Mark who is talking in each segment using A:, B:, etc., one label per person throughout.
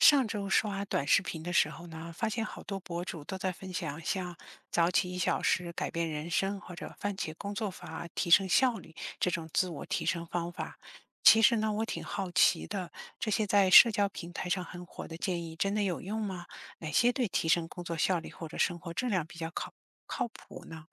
A: 上周刷短视频的时候呢，发现好多博主都在分享像早起1小时改变人生或者番茄工作法提升效率这种自我提升方法。其实呢，我挺好奇的，这些在社交平台上很火的建议真的有用吗？哪些对提升工作效率或者生活质量比较靠谱呢？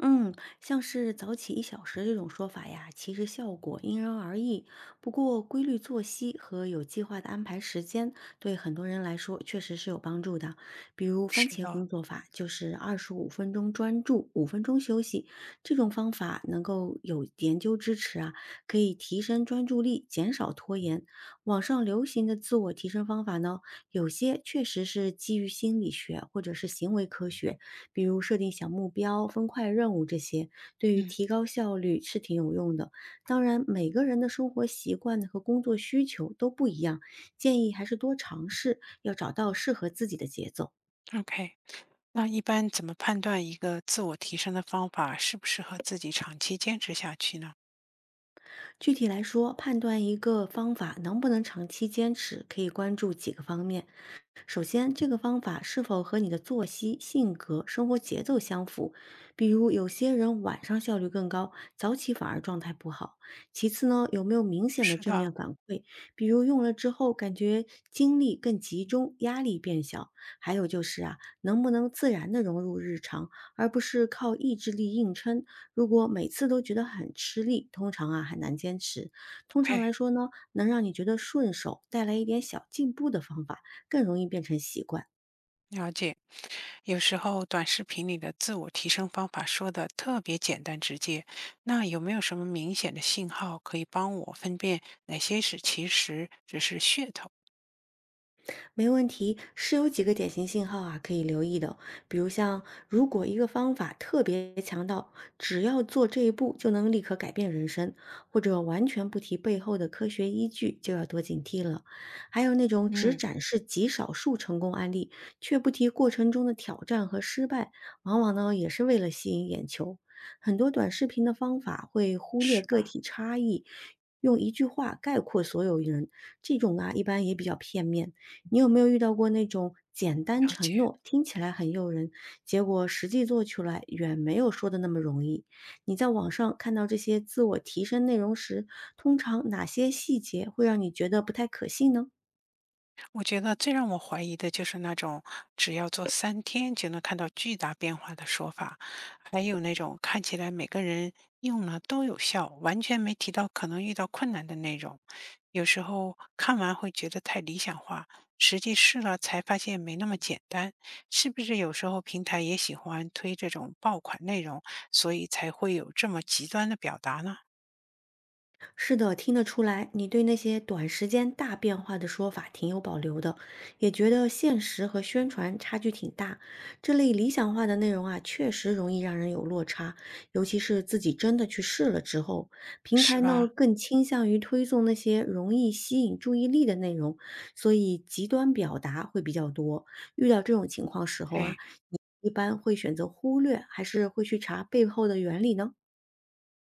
B: 嗯，像是早起1小时这种说法呀，其实效果因人而异。不过，规律作息和有计划的安排时间，对很多人来说确实是有帮助的。比如番
A: 是
B: 茄工
A: 的，
B: 作法，就是25分钟专注，五分钟休息，这种方法能够有研究支持啊，可以提升专注力，减少拖延。网上流行的自我提升方法呢，有些确实是基于心理学或者是行为科学。比如设定小目标、分块任务这些，对于
A: 嗯
B: 提高效率是挺有用的。当然，每个人的生活习惯和工作需求都不一样，建议还是多尝试，要找到适合自己的节奏。
A: ，OK。那一般怎么判断一个自我提升的方法适不适合自己长期坚持下去呢？
B: 具体来说，判断一个方法能不能长期坚持，可以关注几个方面。首先，这个方法是否和你的作息、性格、生活节奏相符？比如，有些人晚上效率更高，早起反而状态不好。其次呢，有没有明显的
A: 是
B: 正
A: 的，
B: 面反馈？比如用了之后，感觉精力更集中，压力变小。还有就是啊，能不能自然的融入日常，而不是靠意志力硬撑。如果每次都觉得很吃力，通常啊很难坚持。通常来
A: OK，
B: 说呢，能让你觉得顺手，带来一点小进步的方法，更容易变成习惯。
A: 了解。有时候短视频里的自我提升方法说的特别简单直接，那有没有什么明显的信号可以帮我分辨哪些是其实只是噱头？
B: 没问题，是有几个典型信号啊可以留意的，比如像如果一个方法特别强到只要做这一步就能立刻改变人生，或者完全不提背后的科学依据，就要多警惕了。还有那种只
A: 嗯，
B: 展示极少数成功案例，却不提过程中的挑战和失败，往往呢也是为了吸引眼球。很多短视频的方法会忽略
A: 是
B: 个
A: 吧？
B: 体差异，用一句话概括所有人，这种啊一般也比较片面。你有没有遇到过那种简单
A: 了
B: 承
A: 解。
B: 诺听起来很诱人，结果实际做出来远没有说的那么容易？你在网上看到这些自我提升内容时，通常哪些细节会让你觉得不太可信呢？
A: 我觉得最让我怀疑的就是那种只要做3天就能看到巨大变化的说法，还有那种看起来每个人用了都有效，完全没提到可能遇到困难的内容。有时候看完会觉得太理想化，实际试了才发现没那么简单。是不是有时候平台也喜欢推这种爆款内容，所以才会有这么极端的表达呢？
B: 是的，听得出来，你对那些短时间大变化的说法挺有保留的，也觉得现实和宣传差距挺大。这类理想化的内容啊，确实容易让人有落差，尤其是自己真的去试了之后，平
A: 是
B: 台呢
A: 吧
B: 更倾向于推送那些容易吸引注意力的内容，所以极端表达会比较多。遇到这种情况时候啊，
A: ？OK，
B: 你一般会选择忽略，还是会去查背后的原理呢？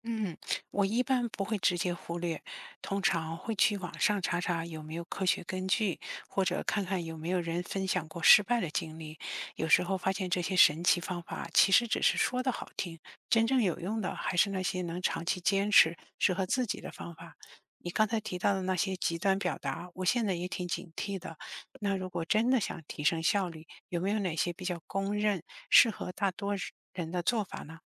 A: 嗯，我一般不会直接忽略，通常会去网上查查有没有科学根据，或者看看有没有人分享过失败的经历。有时候发现这些神奇方法其实只是说的好听，真正有用的还是那些能长期坚持、适合自己的方法。你刚才提到的那些极端表达，我现在也挺警惕的。那如果真的想提升效率，有没有哪些比较公认、适合大多人的做法呢？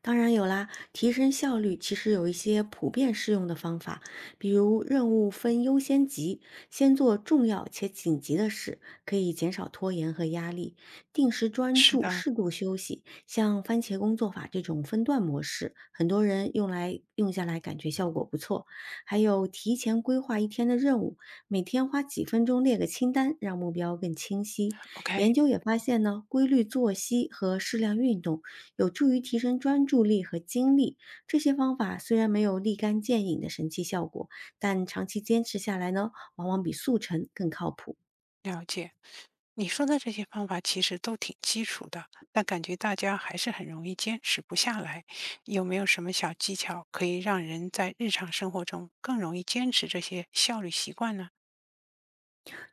B: 当然有啦，提升效率其实有一些普遍适用的方法，比如任务分优先级，先做重要且紧急的事，可以减少拖延和压力；定时专
A: 是
B: 注，
A: 的
B: 适度休息，像番茄工作法这种分段模式，很多人用来用下来感觉效果不错。还有提前规划一天的任务，每天花几分钟列个清单，让目标更清晰。研
A: ，OK。
B: 究也发现呢，规律作息和适量运动。有助于提升专注力和精力。这些方法虽然没有立竿见影的神奇效果，但长期坚持下来呢，往往比速成更靠谱。
A: 了解，你说的这些方法其实都挺基础的，但感觉大家还是很容易坚持不下来。有没有什么小技巧可以让人在日常生活中更容易坚持这些效率习惯呢？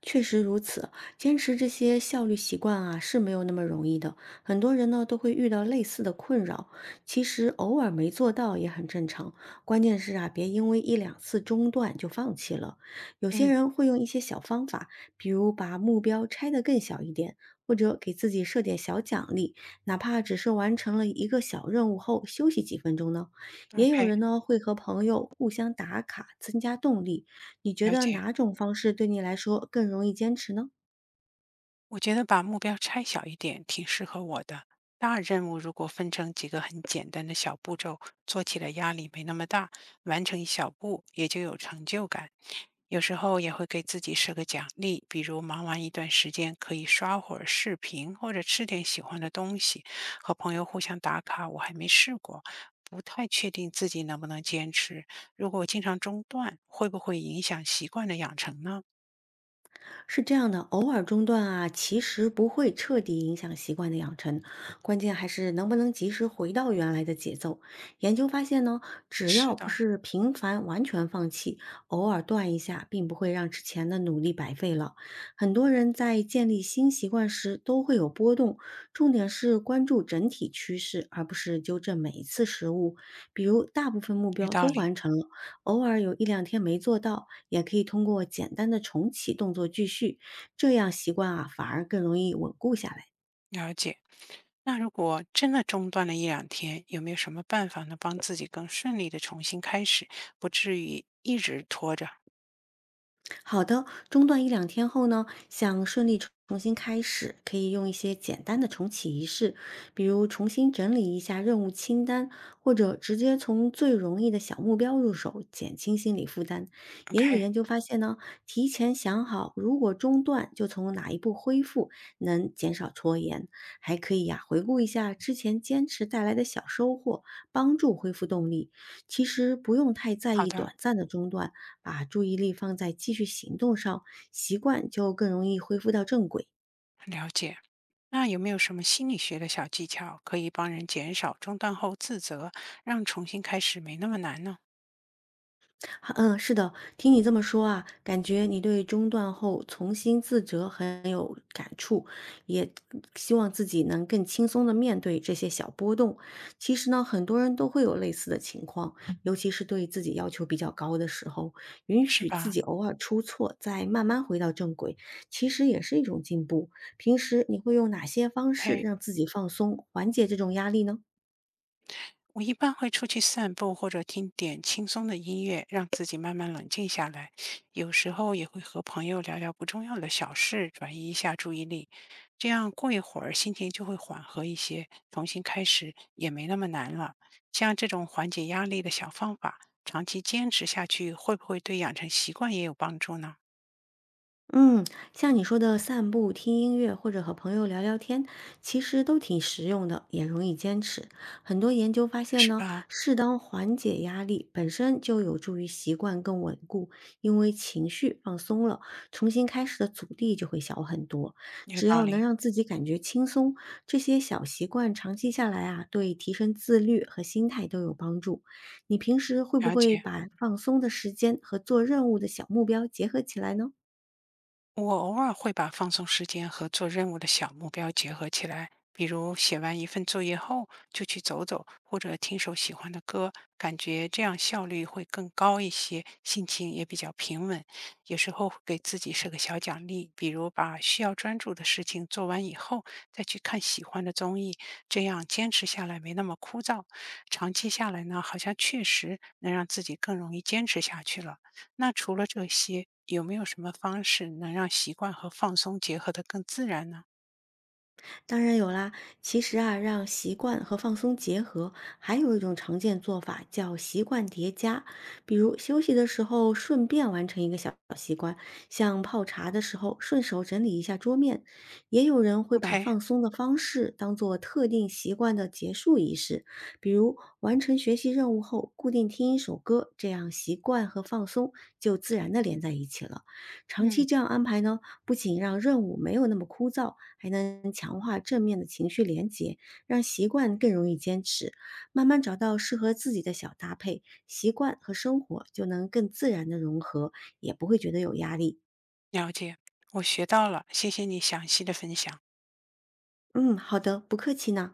B: 确实如此，坚持这些效率习惯啊是没有那么容易的。很多人呢都会遇到类似的困扰，其实偶尔没做到也很正常。关键是啊，别因为一两次中断就放弃了。有些
A: 嗯，
B: 人会用一些小方法，比如把目标拆得更小一点，或者给自己设点小奖励，哪怕只是完成了一个小任务后休息几分钟呢。也有
A: ？OK，
B: 人呢会和朋友互相打卡，增加动力。你觉
A: 了
B: 得
A: 解。
B: 哪种方式对你来说更容易坚持呢？
A: 我觉得把目标拆小一点挺适合我的。大任务如果分成几个很简单的小步骤，做起来压力没那么大，完成一小步也就有成就感。有时候也会给自己设个奖励，比如忙完一段时间可以刷会儿视频，或者吃点喜欢的东西，和朋友互相打卡。我还没试过，不太确定自己能不能坚持。如果我经常中断，会不会影响习惯的养成呢？
B: 是这样的，偶尔中断啊，其实不会彻底影响习惯的养成，关键还是能不能及时回到原来的节奏。研究发现呢，只
A: 是
B: 要不
A: 的，
B: 是频繁完全放弃，偶尔断一下，并不会让之前的努力白费了。很多人在建立新习惯时都会有波动，重点是关注整体趋势，而不是纠正每一次失误。比如，大部分目
A: 有
B: 标
A: 道
B: 都
A: 理。
B: 完成了。偶尔有一两天没做到，也可以通过简单的重启动作继续，这样习惯啊反而更容易稳固下来。
A: 了解。那如果真的中断了1、2天，有没有什么办法能帮自己更顺利的重新开始，不至于一直拖着
B: 好的，中断一两天后呢，想顺利重新开始，可以用一些简单的重启仪式，比如重新整理一下任务清单，或者直接从最容易的小目标入手，减轻心理负担。也有
A: ？OK，
B: 研究发现呢，提前想好如果中断就从哪一步恢复，能减少拖延。还可以呀、回顾一下之前坚持带来的小收获，帮助恢复动力。其实不用太在
A: 好
B: 意
A: 的，
B: 短暂的中断。把注意力放在继续行动上，习惯就更容易恢复到正轨。
A: 了解。那有没有什么心理学的小技巧可以帮人减少中断后自责，让重新开始没那么难呢？
B: 哈嗯，是的，听你这么说啊，感觉你对中断后重新自责很有感触，也希望自己能更轻松的面对这些小波动。其实呢，很多人都会有类似的情况，尤其是对自己要求比较高的时候，允
A: 是
B: 许自
A: 吧
B: 己偶尔出错，再慢慢回到正轨，其实也是一种进步。平时你会用哪些方式
A: ？OK，
B: 让自己放松，缓解这种压力呢？
A: 我一般会出去散步，或者听点轻松的音乐，让自己慢慢冷静下来。有时候也会和朋友聊聊不重要的小事，转移一下注意力。这样过一会儿，心情就会缓和一些，重新开始也没那么难了。像这种缓解压力的小方法，长期坚持下去，会不会对养成习惯也有帮助呢？
B: 嗯，像你说的散步、听音乐或者和朋友聊聊天，其实都挺实用的，也容易坚持。很多研究发现
A: 是
B: 呢，
A: 吧？
B: 适当缓解压力本身就有助于习惯更稳固，因为情绪放松了，重新开始的阻力就会小很多。
A: 有
B: 只
A: 道
B: 要能
A: 理，
B: 让自己感觉轻松，这些小习惯长期下来啊，对提升自律和心态都有帮助。你平时会不
A: 了
B: 会
A: 解。
B: 把放松的时间和做任务的小目标结合起来呢？
A: 我偶尔会把放松时间和做任务的小目标结合起来，比如写完一份作业后就去走走，或者听首喜欢的歌，感觉这样效率会更高一些，心情也比较平稳。有时候会给自己设个小奖励，比如把需要专注的事情做完以后，再去看喜欢的综艺，这样坚持下来没那么枯燥。长期下来呢，好像确实能让自己更容易坚持下去了。那除了这些，有没有什么方式能让习惯和放松结合的更自然呢
B: 当然有啦，其实啊，让习惯和放松结合，还有一种常见做法叫习惯叠加。比如休息的时候顺便完成一个小习惯，像泡茶的时候顺手整理一下桌面。也有人会把
A: ？OK，
B: 放松的方式当做特定习惯的结束仪式，比如完成学习任务后固定听一首歌，这样习惯和放松就自然的连在一起了。长期
A: 嗯，
B: 这样安排呢，不仅让任务没有那么枯燥，还能强化正面的情绪连结，让习惯更容易坚持。慢慢找到适合自己的小搭配，习惯和生活就能更自然的融合，也不会觉得有压力。
A: 了解，我学到了，谢谢你详细的分享。
B: 嗯，好的，不客气呢。